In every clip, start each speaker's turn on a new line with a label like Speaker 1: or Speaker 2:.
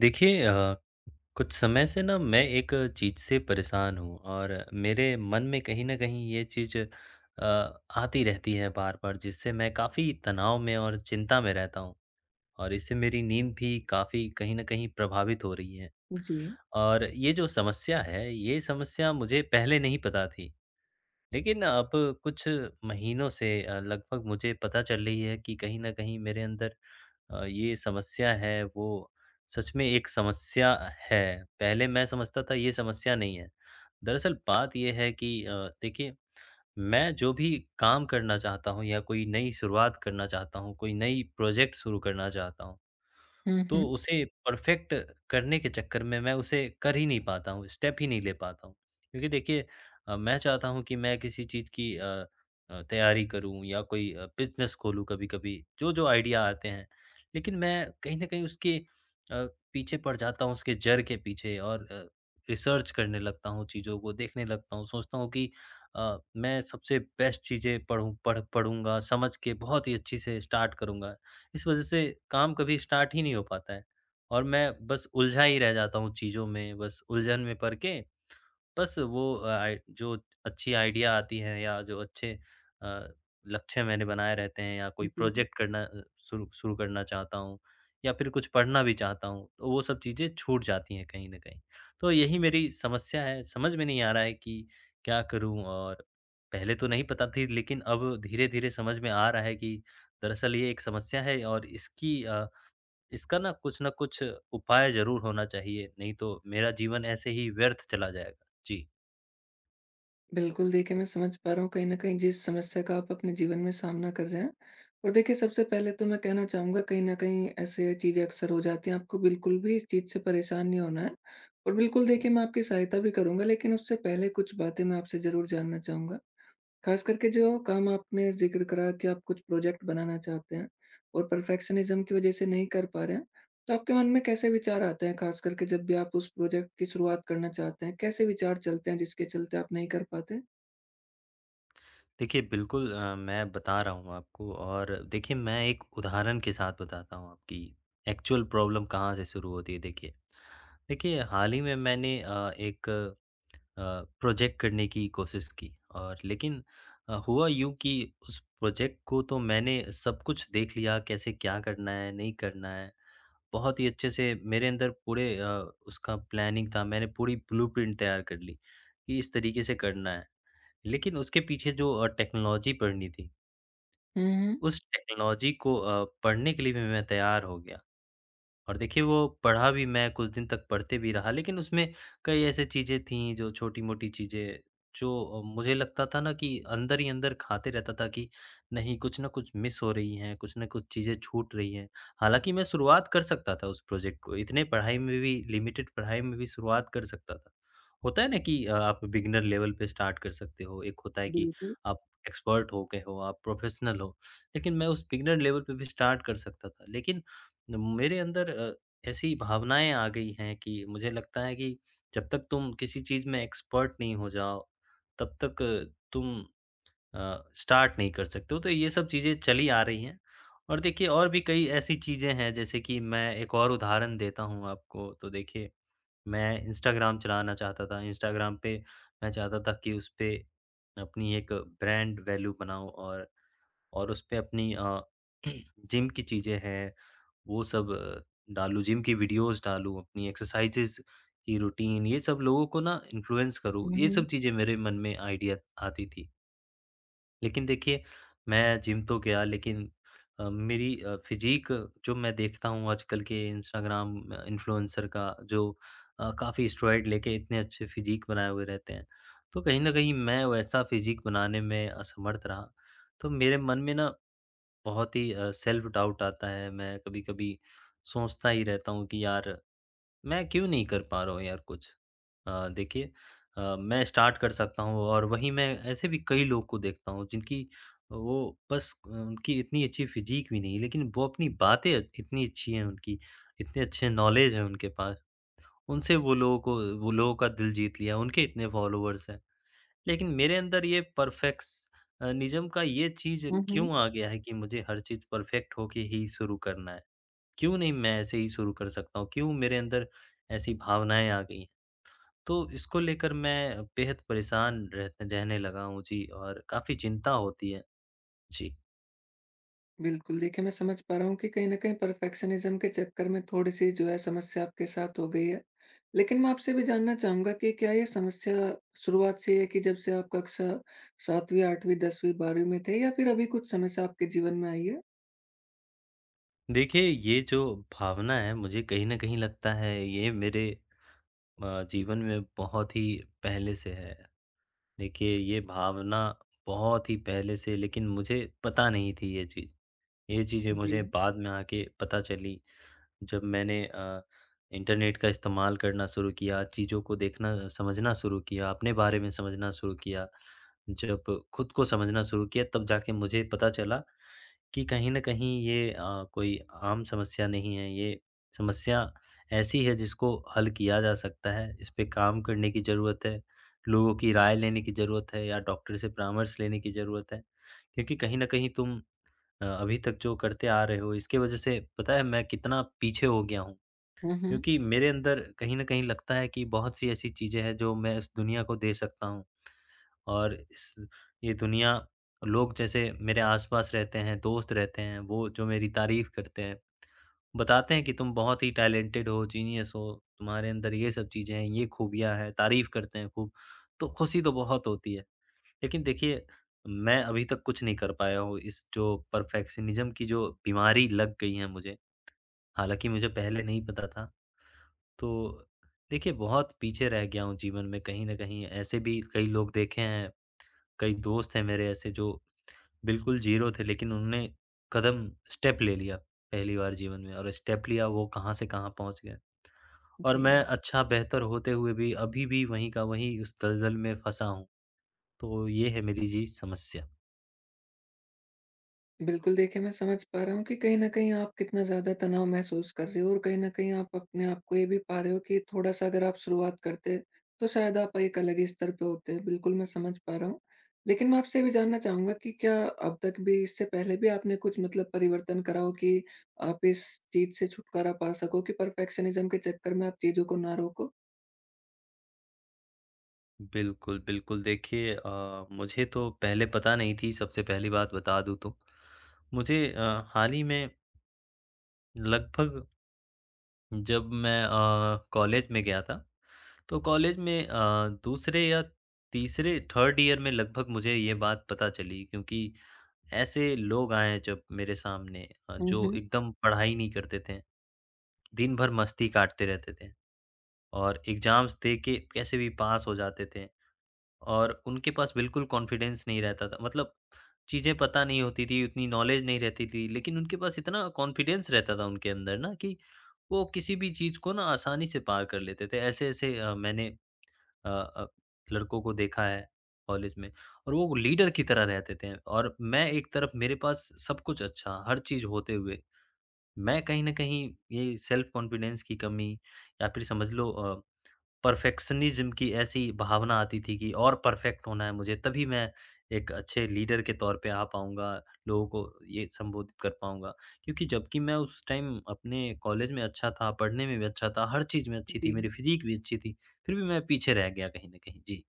Speaker 1: देखिए कुछ समय से ना मैं एक चीज़ से परेशान हूँ और मेरे मन में कहीं न कहीं ये चीज़ आती रहती है बार-बार जिससे मैं काफ़ी तनाव में और चिंता में रहता हूँ। और इससे मेरी नींद भी काफ़ी कहीं न कहीं प्रभावित हो रही है।
Speaker 2: जी।
Speaker 1: और ये जो समस्या है, ये समस्या मुझे पहले नहीं पता थी। लेकिन अब कुछ महीनों से लगभग मुझे पता चल रही है कि कहीं न कहीं मेरे अंदर ये समस्या है वो सच में एक समस्या है। पहले मैं समझता था ये समस्या नहीं है। दरअसल बात ये है कि देखिए मैं जो भी काम करना चाहता हूँ या कोई नई शुरुआत करना चाहता हूँ, कोई नई प्रोजेक्ट शुरू करना चाहता हूँ
Speaker 2: हुँ,
Speaker 1: तो
Speaker 2: हुँ।
Speaker 1: उसे परफ़ेक्ट करने के चक्कर में मैं उसे कर ही नहीं पाता हूँ, स्टेप ही नहीं ले पाता हूँ। क्योंकि देखिए मैं चाहता हूँ कि मैं किसी चीज़ की तैयारी करूँ या कोई बिज़नेस खोलूँ कभी-कभी, जो-जो आइडिया आते हैं। लेकिन मैं कहीं न कहीं उसके पीछे पड़ जाता हूँ, उसके जड़ के पीछे और रिसर्च करने लगता हूँ, चीज़ों को देखने लगता हूँ। सोचता हूँ कि मैं सबसे बेस्ट चीज़ें पढ़ूँ पढ़ूँगा, समझ के बहुत ही अच्छी से स्टार्ट करूँगा। इस वज़ह से काम कभी स्टार्ट ही नहीं हो पाता है और मैं बस उलझा ही रह जाता हूँ चीज़ों में, बस उलझन में पड़ के बस वो आई जो अच्छी आइडिया आती है या जो अच्छे लक्ष्य मैंने बनाए रहते हैं या कोई
Speaker 2: जी।
Speaker 1: प्रोजेक्ट करना शुरू शुरू करना चाहता हूँ या फिर कुछ पढ़ना भी चाहता हूँ, तो वो सब चीज़ें छूट जाती हैं कहीं न कहीं। तो यही मेरी समस्या है, समझ में नहीं आ रहा है कि क्या करूँ? और पहले तो नहीं पता थी लेकिन अब धीरे-धीरे समझ में आ रहा है कि दरअसल ये एक समस्या है और इसकी इसका ना कुछ न कुछ उपाय ज़रूर होना चाहिए, नहीं तो मेरा जीवन ऐसे ही व्यर्थ चला जाएगा। जी।
Speaker 2: बिल्कुल, देखिए मैं समझ पा रहा हूँ कहीं न कहीं जिस समस्या का आप अपने जीवन में सामना कर रहे हैं। और देखिए सबसे पहले तो मैं कहना चाहूँगा कहीं न कहीं ऐसे चीज़ें अक्सर हो जाती हैं, आपको बिल्कुल भी इस चीज़ से परेशान नहीं होना है। और बिल्कुल देखिए मैं आपकी सहायता भी करूँगा लेकिन उससे पहले कुछ बातें मैं आपसे ज़रूर जानना चाहूँगा। खास करके जो काम आपने ज़िक्र करा कि आप कुछ प्रोजेक्ट बनाना चाहते हैं और परफेक्शनिज्म की वजह से नहीं कर पा रहे हैं, तो आपके मन में कैसे विचार आते हैं? खास करके जब भी आप उस प्रोजेक्ट की शुरुआत करना चाहते हैं, कैसे विचार चलते हैं जिसके चलते आप नहीं कर पाते?
Speaker 1: देखिए, बिल्कुल मैं बता रहा हूँ आपको और देखिए मैं एक उदाहरण के साथ बताता हूँ आपकी एक्चुअल प्रॉब्लम कहाँ से शुरू होती है देखिए। देखिए, हाल ही में मैंने एक प्रोजेक्ट करने की कोशिश की और लेकिन हुआ यूँ कि उस प्रोजेक्ट को तो मैंने सब कुछ देख लिया कैसे क्या करना है, नहीं करना है। बहुत ही अच्छे से मेरे अंदर पूरे उसका प्लानिंग था मैंने पूरी ब्लूप्रिंट तैयार कर ली, कि इस तरीके से करना है। लेकिन उसके पीछे जो टेक्नोलॉजी पढ़नी थी,
Speaker 2: हुँ, हुँ।
Speaker 1: उस टेक्नोलॉजी को पढ़ने के लिए भी मैं तैयार हो गया। और देखिए वो पढ़ा भी मैं कुछ दिन तक पढ़ते भी रहा लेकिन उसमें कई ऐसी चीज़ें थीं जो छोटी-मोटी चीज़ें जो मुझे लगता था ना कि अंदर ही अंदर खाते रहता था कि नहीं कुछ ना कुछ मिस हो रही हैं, कुछ ना कुछ चीज़ें छूट रही हैं। हालाँकि मैं शुरुआत कर सकता था उस प्रोजेक्ट को, इतने पढ़ाई में भी लिमिटेड पढ़ाई में भी शुरुआत कर सकता था। होता है ना कि आप बिगिनर लेवल पे स्टार्ट कर सकते हो, एक होता है कि
Speaker 2: बिल्कुल।
Speaker 1: आप एक्सपर्ट हो गए हो, आप प्रोफ़ेशनल हो। लेकिन मैं उस बिगिनर लेवल पे भी स्टार्ट कर सकता था। लेकिन मेरे अंदर ऐसी भावनाएँ आ गई हैं कि मुझे लगता है कि जब तक तुम किसी चीज़ में एक्सपर्ट नहीं हो जाओ, तब तक तुम अ, तुम स्टार्ट नहीं कर सकते हो। तो ये सब चीज़ें चली आ रही हैं और देखिए और भी कई ऐसी चीज़ें हैं जैसे कि मैं एक और उदाहरण देता हूँ आपको। तो देखिए मैं इंस्टाग्राम चलाना चाहता था, इंस्टाग्राम पे मैं चाहता था कि उसपे अपनी एक ब्रांड वैल्यू बनाऊँ और उसपे अपनी जिम की चीज़ें हैं वो सब डालूँ, जिम की वीडियोज़ डालूँ, अपनी एक्सरसाइज़ेज़ की रूटीन, ये सब लोगों को ना इन्फ्लुएंस करूँ,
Speaker 2: हुँ,
Speaker 1: ये
Speaker 2: हुँ।
Speaker 1: सब चीज़ें मेरे मन में आइडिया आती थी। लेकिन देखिए, मैं जिम तो गया लेकिन मेरी फ़िज़ीक जो मैं देखता हूँ आजकल के इंस्टाग्राम इन्फ्लुएंसर का जो काफ़ी स्टेरॉइड लेके इतने अच्छे फ़िज़ीक बनाए हुए रहते हैं, तो कहीं न कहीं मैं वैसा फ़िज़ीक बनाने में असमर्थ रहा। तो मेरे मन में ना बहुत ही सेल्फ डाउट आता है। मैं कभी-कभी सोचता ही रहता हूँ कि यार मैं क्यों नहीं कर पा रहा हूँ यार कुछ। देखिए मैं स्टार्ट कर सकता हूँ और वहीं मैं ऐसे भी कई लोग को देखता हूँ जिनकी वो बस उनकी इतनी अच्छी फिज़ीक भी नहीं लेकिन वो अपनी बातें इतनी अच्छी हैं उनकी, इतने अच्छे नॉलेज है उनके पास। उनसे वो लोगों को वो लोगों का दिल जीत लिया, उनके इतने फॉलोवर्स हैं। लेकिन मेरे अंदर ये परफेक्स अ, निज़्म का ये चीज़
Speaker 2: हुँ,
Speaker 1: क्यों
Speaker 2: हुँ।
Speaker 1: आ गया है कि मुझे हर चीज़ परफेक्ट होके ही शुरू करना है? क्यों नहीं मैं ऐसे ही शुरू कर सकता हूँ? क्यों मेरे अंदर ऐसी भावनाएँ आ गई हैं? तो इसको लेकर मैं बेहद परेशान रहत रहने लगा हूँ जी और काफ़ी चिंता होती है। जी।
Speaker 2: बिल्कुल, देखिए मैं समझ पा रहा हूँ कि कहीं न कहीं परफेक्शनिज़्म के चक्कर में थोड़ी-सी जो है समस्या आपके साथ हो गई है। लेकिन मैं आपसे भी जानना चाहूँगा कि क्या ये समस्या शुरुआत से है कि जब से आप कक्षा 7वीं, 8वीं, 10वीं, 12वीं में थे या फिर अभी कुछ समस्या आपके जीवन में आई है?
Speaker 1: देखिए, ये जो भावना है मुझे कहीं न कहीं लगता है ये मेरे जीवन में बहुत ही पहले से है। देखिए, ये भावना बहुत ही पहले से लेकिन मुझे पता नहीं थी ये चीज़। ये चीज़ें
Speaker 2: जी।
Speaker 1: मुझे बाद में आके पता चली जब मैंने इंटरनेट का इस्तेमाल करना शुरू किया, चीज़ों को देखना समझना शुरू किया, अपने बारे में समझना शुरू किया। जब खुद को समझना शुरू किया तब जाके मुझे पता चला कि कहीं न कहीं ये कोई आम समस्या नहीं है, ये समस्या ऐसी है जिसको हल किया जा सकता है। इस पे काम करने की ज़रूरत है, लोगों की राय लेने की ज़रूरत है या डॉक्टर से परामर्श लेने की ज़रूरत है। क्योंकि कहीं न कहीं अभी तक जो करते आ रहे हो इसके वजह से पता है मैं कितना पीछे हो गया हूँ।
Speaker 2: हुँ, हुँ।
Speaker 1: क्योंकि मेरे अंदर कहीं न कहीं लगता है कि बहुत सी ऐसी चीज़ें हैं जो मैं इस दुनिया को दे सकता हूँ। और इस ये दुनिया लोग जैसे मेरे आस-पास रहते हैं, दोस्त रहते हैं, वो जो मेरी तारीफ़ करते हैं, बताते हैं कि तुम बहुत ही टैलेंटेड हो, जीनियस हो, तुम्हारे अंदर ये सब चीज़ें हैं, ये खूबियाँ हैं, तारीफ़ करते हैं खूब, तो खुशी तो बहुत होती है। लेकिन देखिए, मैं अभी तक कुछ नहीं कर पाया हूँ इस जो परफेक्शनिज़्म की जो बीमारी लग गई है मुझे, हालाँकि मुझे पहले नहीं पता था। तो देखिए, बहुत पीछे रह गया हूँ जीवन में कहीं न कहीं। ऐसे भी कई लोग देखे हैं, कई दोस्त हैं मेरे ऐसे जो बिल्कुल ज़ीरो थे लेकिन उन्होंने कदम स्टेप ले लिया पहली बार जीवन में और स्टेप लिया वो कहाँ से कहाँ पहुँच गए। और मैं
Speaker 2: जी।
Speaker 1: अच्छा बेहतर होते हुए भी अभी भी वहीं का वहीं उस दलदल में फँसा हूँ। तो ये है मेरी जी समस्या।
Speaker 2: बिल्कुल, देखिए मैं समझ पा रहा हूँ कि कहीं न कहीं आप कितना ज़्यादा तनाव महसूस कर रहे हो और कहीं न कहीं आप अपने आप को ये भी पा रहे हो कि थोड़ा-सा अगर आप शुरुआत करते, तो शायद आप एक अलग ही स्तर पे होते। बिल्कुल, मैं समझ पा रहा हूँ। लेकिन मैं आपसे ये भी जानना चाहूँगा कि क्या अब तक भी इससे पहले भी आपने कुछ मतलब परिवर्तन करा हो कि आप इस चीज़ से छुटकारा पा सको कि परफेक्शनिज़्म के चक्कर में आप चीज़ों को ना रोको?
Speaker 1: बिल्कुल, बिल्कुल। देखिए मुझे तो पहले पता नहीं थी, सबसे पहली बात बता दूँ तो। मुझे हाल ही में लगभग जब मैं कॉलेज में गया था, तो कॉलेज में दूसरे या तीसरे, थर्ड ईयर में लगभग मुझे ये बात पता चली क्योंकि ऐसे लोग आए जब मेरे सामने
Speaker 2: हुँ,
Speaker 1: जो
Speaker 2: हुँ।
Speaker 1: एकदम पढ़ाई नहीं करते थे, दिन भर मस्ती काटते रहते थे और एग्ज़ाम्स दे के कैसे भी पास हो जाते थे। और उनके पास बिल्कुल कॉन्फिडेंस नहीं रहता था। मतलब चीज़ें पता नहीं होती थी, उतनी नॉलेज नहीं रहती थी, लेकिन उनके पास इतना कॉन्फिडेंस रहता था उनके अंदर ना कि वो किसी भी चीज़ को ना आसानी से पार कर लेते थे। ऐसे-ऐसे मैंने अ अ, लड़कों को देखा है कॉलेज में और वो लीडर की तरह रहते थे और मैं एक तरफ मेरे पास सब कुछ अच्छा, हर चीज़ होते हुए, मैं कहीं न कहीं ये सेल्फ कॉन्फिडेंस की कमी या फिर समझ लो परफेक्शनिज़्म की ऐसी भावना आती थी कि और परफेक्ट होना है मुझे, तभी मैं एक अच्छे लीडर के तौर पे आ पाऊँगा, लोगों को ये संबोधित कर पाऊँगा। क्योंकि जबकि मैं उस टाइम अपने कॉलेज में अच्छा था, पढ़ने में भी अच्छा था, हर चीज़ में अच्छी थी,
Speaker 2: जी।
Speaker 1: मेरी फ़िज़ीक भी अच्छी थी, फिर भी मैं पीछे रह गया कहीं न कहीं। जी।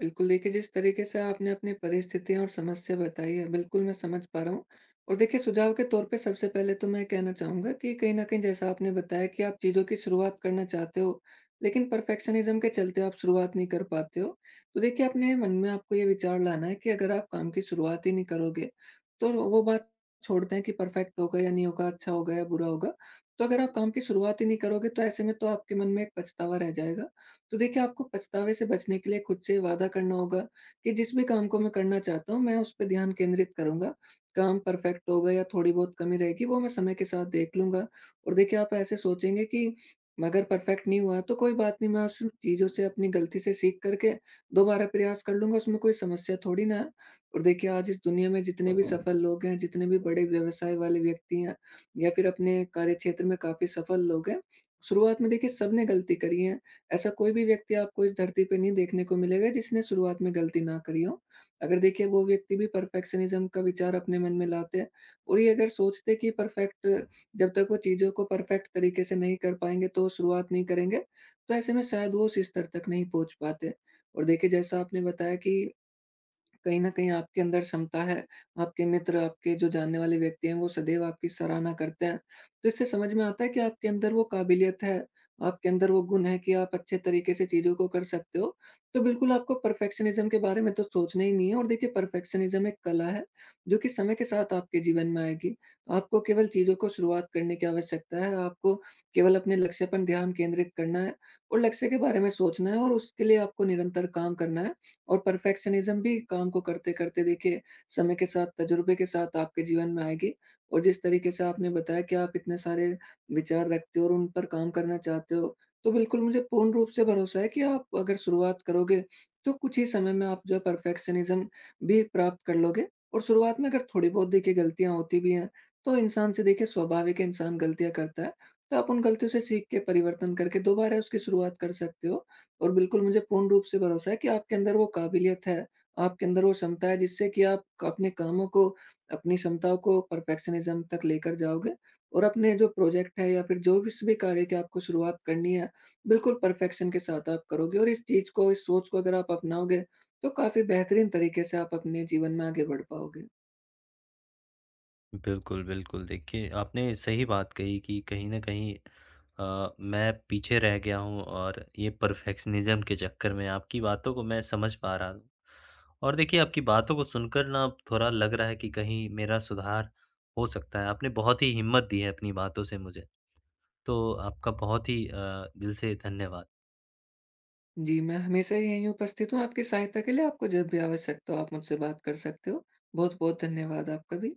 Speaker 2: बिल्कुल, देखिए जिस तरीके से आपने अपनी परिस्थितियाँ और समस्या बताई है, बिल्कुल मैं समझ पा रहा हूँ। और देखिए सुझाव के तौर पे सबसे पहले तो मैं कहना चाहूँगा कि कहीं न कहीं जैसा आपने बताया कि आप चीज़ों की शुरुआत करना चाहते हो, लेकिन परफेक्शनिज़्म के चलते आप शुरुआत नहीं कर पाते हो। तो देखिए अपने मन में आपको ये विचार लाना है कि अगर आप काम की शुरुआत ही नहीं करोगे, तो वो बात छोड़ते हैं कि परफेक्ट होगा या नहीं होगा, अच्छा होगा या बुरा होगा। तो अगर आप काम की शुरुआत ही नहीं करोगे, तो ऐसे में तो आपके मन में एक पछतावा रह जाएगा। तो देखिए, आपको पछतावे से बचने के लिए खुद से वादा करना होगा कि जिस भी काम को मैं करना चाहता हूँ, मैं उस पे ध्यान केंद्रित करूँगा। काम परफेक्ट होगा या थोड़ी बहुत कमी रहेगी, वो मैं समय के साथ देख लूँगा। और देखिए, आप ऐसे सोचेंगे कि अगर परफेक्ट नहीं हुआ, तो कोई बात नहीं, मैं उस चीज़ों से, अपनी गलती से सीख कर के दोबारा प्रयास कर लूँगा, उसमें कोई समस्या थोड़ी ना है। और देखिए, आज इस दुनिया में जितने भी सफल लोग हैं, जितने भी बड़े व्यवसाय वाले व्यक्ति हैं या फिर अपने कार्यक्षेत्र में काफ़ी सफल लोग हैं, शुरुआत में देखिए सबने गलती करी है। ऐसा कोई भी व्यक्ति आपको इस धरती पे नहीं देखने को मिलेगा जिसने शुरुआत में गलती ना करी हो। अगर देखिए वो व्यक्ति भी परफेक्शनिज़्म का विचार अपने मन में लाते हैं और ये अगर सोचते कि परफेक्ट जब तक वो चीज़ों को परफेक्ट तरीके से नहीं कर पाएँगे तो वो शुरुआत नहीं करेंगे, तो ऐसे में शायद वो उस स्तर तक नहीं पहुँच पाते। और देखिए जैसा आपने बताया कि कहीं न कहीं आपके अंदर क्षमता है, आपके मित्र, आपके जो जानने वाले व्यक्ति हैं, वो सदैव आपकी सराहना करते हैं। तो इससे समझ में आता है कि आपके अंदर वो काबिलियत है, आपके अंदर वो गुण है कि आप अच्छे तरीके से चीज़ों को कर सकते हो। तो बिल्कुल आपको परफेक्शनिज़्म के बारे में तो सोचना ही नहीं है और देखिए परफेक्शनिज़्म एक कला है, जो कि समय के साथ आपके जीवन में आएगी। आपको केवल चीज़ों को शुरुआत करने की आवश्यकता है, आपको केवल अपने लक्ष्य पर ध्यान केंद्रित करना है और लक्ष्य के बारे में सोचना है और उसके लिए आपको निरंतर काम करना है। और परफेक्शनिज़्म भी काम को करते-करते देखिए समय के साथ, तजुर्बे के साथ आपके जीवन में आएगी और जिस तरीके से आपने बताया कि आप इतने सारे विचार रखते हो और उन पर काम करना चाहते हो, तो बिल्कुल मुझे पूर्ण रूप से भरोसा है कि आप अगर शुरुआत करोगे, तो कुछ ही समय में आप जो है परफेक्शनिज़्म भी प्राप्त कर लोगे और शुरुआत में अगर थोड़ी-बहुत देखिए गलतियाँ होती भी हैं, तो इंसान से देखिए स्वाभाविक है इंसान गलतियाँ करता है, तो आप उन गलतियों से सीख के परिवर्तन करके दोबारा उसकी शुरुआत कर सकते हो। और बिल्कुल मुझे पूर्ण रूप से भरोसा है कि आपके अंदर वो काबिलियत है, आपके अंदर वो क्षमता है जिससे कि आप क अपने कामों को, अपनी क्षमताओं को परफेक्शनिज़्म तक लेकर जाओगे और अपने जो प्रोजेक्ट है या फिर जो किसी भी कार्य की आपको शुरुआत करनी है, बिल्कुल परफेक्शन के साथ आप करोगे और इस चीज़ को, इस सोच को अगर आप अपनाओगे, तो काफ़ी बेहतरीन तरीके से आप अपने जीवन में आगे बढ़ पाओगे।
Speaker 1: बिल्कुल, बिल्कुल। देखिए, आपने सही बात कही कि कहीं न कहीं मैं पीछे रह गया हूँ और ये परफेक्शनिज़्म के चक्कर में आपकी बातों को मैं समझ पा रहा हूँ। और देखिए, आपकी बातों को सुनकर ना अब थोड़ा लग रहा है कि कहीं मेरा सुधार हो सकता है। आपने बहुत ही हिम्मत दी है अपनी बातों से मुझे, तो आपका बहुत ही दिल से धन्यवाद।
Speaker 2: जी, मैं हमेशा यहीं उपस्थित हूँ आपकी सहायता के लिए, आपको जब भी आवश्यकता हो आप मुझसे बात कर सकते हो। बहुत-बहुत धन्यवाद आपका भी।